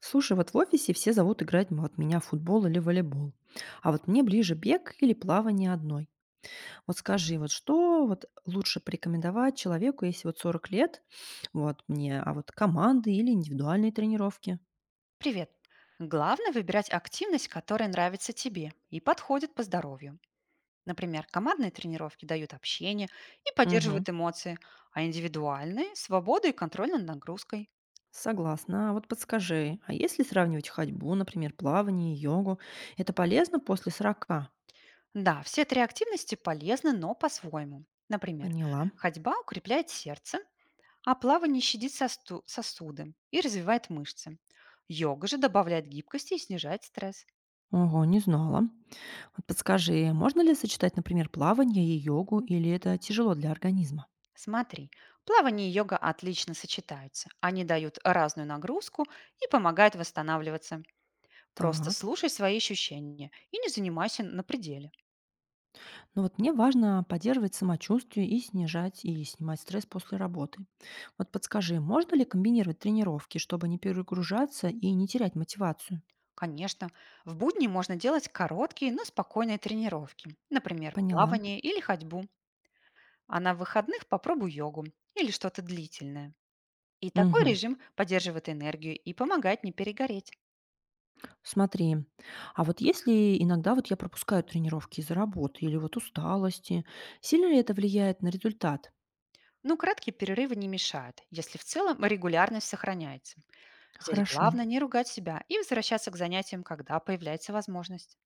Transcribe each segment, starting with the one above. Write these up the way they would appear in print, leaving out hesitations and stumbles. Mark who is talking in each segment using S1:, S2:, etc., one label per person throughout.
S1: Слушай, вот в офисе все зовут играть вот меня в футбол или волейбол. А вот мне ближе бег или плавание одной. Вот скажи, вот что вот лучше порекомендовать человеку, если вот 40 лет, вот мне, а вот команды или индивидуальные тренировки?
S2: Привет! Главное выбирать активность, которая нравится тебе и подходит по здоровью. Например, командные тренировки дают общение и
S1: Мгм.
S2: поддерживают эмоции, а индивидуальные– свободу и контроль над нагрузкой.
S1: Согласна. А вот подскажи, а если сравнивать ходьбу, например, плавание, йогу, это полезно после 40?
S2: Да, все три активности полезны, но по-своему. Например,
S1: Поняла.
S2: ходьба укрепляет сердце, а плавание щадит сосуды и развивает мышцы. Йога же добавляет гибкости и снижает стресс.
S1: Ого, не знала. Вот подскажи, можно ли сочетать, например, плавание и йогу, или это тяжело для организма?
S2: Смотри, плавание и йога отлично сочетаются. Они дают разную нагрузку и помогают восстанавливаться. Просто
S1: Так.
S2: слушай свои ощущения и не занимайся на пределе.
S1: Но вот мне важно поддерживать самочувствие и снижать и снимать стресс после работы. Вот подскажи, можно ли комбинировать тренировки, чтобы не перегружаться и не терять мотивацию?
S2: Конечно, в будни можно делать короткие, но спокойные тренировки, например,
S1: Поняла.
S2: плавание или ходьбу, а на выходных попробуй йогу или что-то длительное. И такой
S1: Мгм.
S2: режим поддерживает энергию и помогает не перегореть.
S1: Смотри, а вот если иногда вот я пропускаю тренировки из-за работы или вот усталости, сильно ли это влияет на результат?
S2: Но краткие перерывы не мешают, если в целом регулярность сохраняется. Здесь
S1: Хорошо.
S2: главное не ругать себя и возвращаться к занятиям, когда появляется возможность.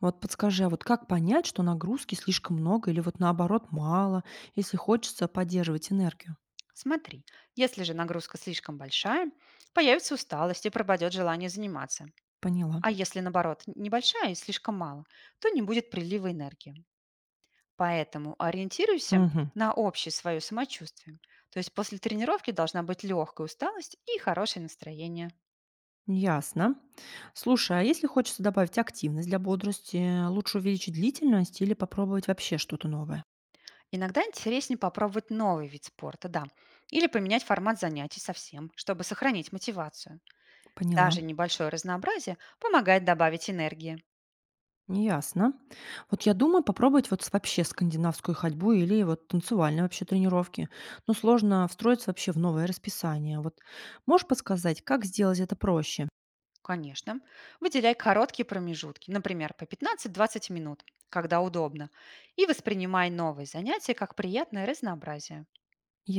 S1: Вот подскажи, а вот как понять, что нагрузки слишком много или вот наоборот мало, если хочется поддерживать энергию?
S2: Смотри, если же нагрузка слишком большая, появится усталость и пропадет желание заниматься.
S1: Поняла.
S2: А если, наоборот, небольшая и слишком мало, то не будет прилива энергии. Поэтому ориентируйся
S1: Мгм.
S2: на общее свое самочувствие. То есть после тренировки должна быть легкая усталость и хорошее настроение.
S1: Ясно. Слушай, а если хочется добавить активность для бодрости, лучше увеличить длительность или попробовать вообще что-то новое?
S2: Иногда интереснее попробовать новый вид спорта, да, или поменять формат занятий совсем, чтобы сохранить мотивацию.
S1: Поняла.
S2: Даже небольшое разнообразие помогает добавить энергии.
S1: Ясно. Вот я думаю попробовать вот вообще скандинавскую ходьбу или вот танцевальные вообще тренировки. Но сложно встроиться вообще в новое расписание. Вот можешь подсказать, как сделать это проще?
S2: Конечно, выделяй короткие промежутки, например, по 15-20 минут, когда удобно, и воспринимай новые занятия как приятное разнообразие.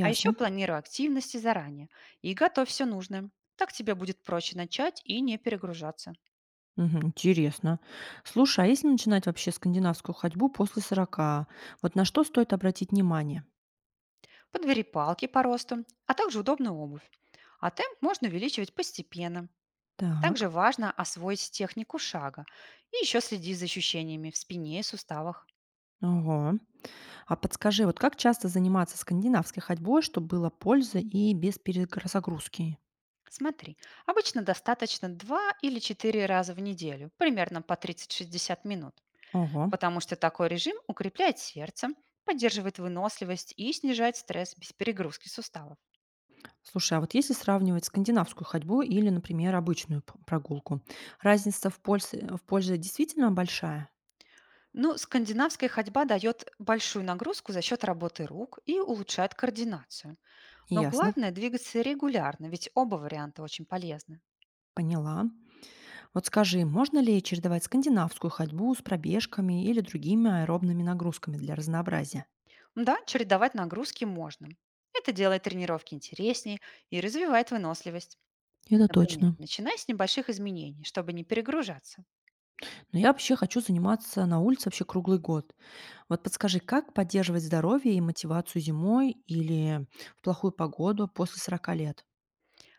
S2: А еще планируй активности заранее и готовь все нужное. Так тебе будет проще начать и не перегружаться.
S1: Мгм, интересно. Слушай, а если начинать вообще скандинавскую ходьбу после 40, вот на что стоит обратить внимание?
S2: Подбери палки по росту, а также удобную обувь. А темп можно увеличивать постепенно. Также
S1: Так.
S2: важно освоить технику шага и еще следи за ощущениями в спине и суставах.
S1: Ого. А подскажи, вот как часто заниматься скандинавской ходьбой, чтобы было польза и без перегрузки?
S2: Смотри, обычно достаточно 2 или 4 раза в неделю, примерно по 30-60 минут,
S1: Ого.
S2: потому что такой режим укрепляет сердце, поддерживает выносливость и снижает стресс без перегрузки суставов.
S1: Слушай, а вот если сравнивать скандинавскую ходьбу или, например, обычную прогулку, разница в пользе, действительно большая?
S2: Ну, скандинавская ходьба дает большую нагрузку за счет работы рук и улучшает координацию. Но
S1: Ясно.
S2: главное– двигаться регулярно, ведь оба варианта очень полезны.
S1: Поняла. Вот скажи, можно ли чередовать скандинавскую ходьбу с пробежками или другими аэробными нагрузками для разнообразия?
S2: Да, чередовать нагрузки можно. Это делает тренировки интереснее и развивает выносливость.
S1: Это
S2: Например,
S1: точно.
S2: начинай с небольших изменений, чтобы не перегружаться.
S1: Но я вообще хочу заниматься на улице вообще круглый год. Вот подскажи, как поддерживать здоровье и мотивацию зимой или в плохую погоду после 40 лет?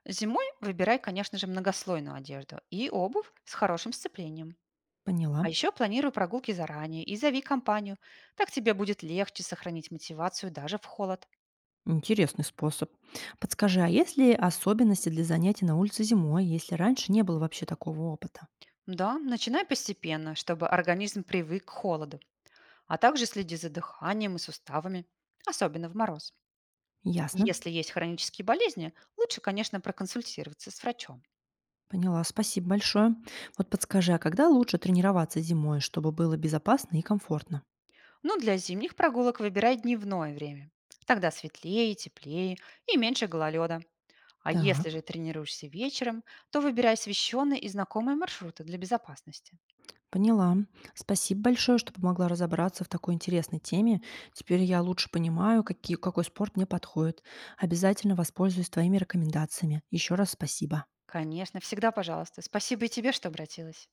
S2: Зимой выбирай, конечно же, многослойную одежду и обувь с хорошим сцеплением.
S1: Поняла.
S2: А еще планируй прогулки заранее и зови компанию. Так тебе будет легче сохранить мотивацию даже в холод.
S1: Интересный способ. Подскажи, а есть ли особенности для занятий на улице зимой, если раньше не было вообще такого опыта?
S2: Да, начинай постепенно, чтобы организм привык к холоду, а также следи за дыханием и суставами, особенно в мороз.
S1: Ясно.
S2: Если есть хронические болезни, лучше, конечно, проконсультироваться с врачом.
S1: Поняла. Спасибо большое. Вот подскажи, а когда лучше тренироваться зимой, чтобы было безопасно и комфортно?
S2: Ну, для зимних прогулок выбирай дневное время. Тогда светлее, теплее и меньше гололеда. А если
S1: Так.
S2: же тренируешься вечером, то выбирай освещенные и знакомые маршруты для безопасности.
S1: Поняла. Спасибо большое, что помогла разобраться в такой интересной теме. Теперь я лучше понимаю, какой спорт мне подходит. Обязательно воспользуюсь твоими рекомендациями. Еще раз спасибо.
S2: Конечно, всегда пожалуйста. Спасибо и тебе, что обратилась.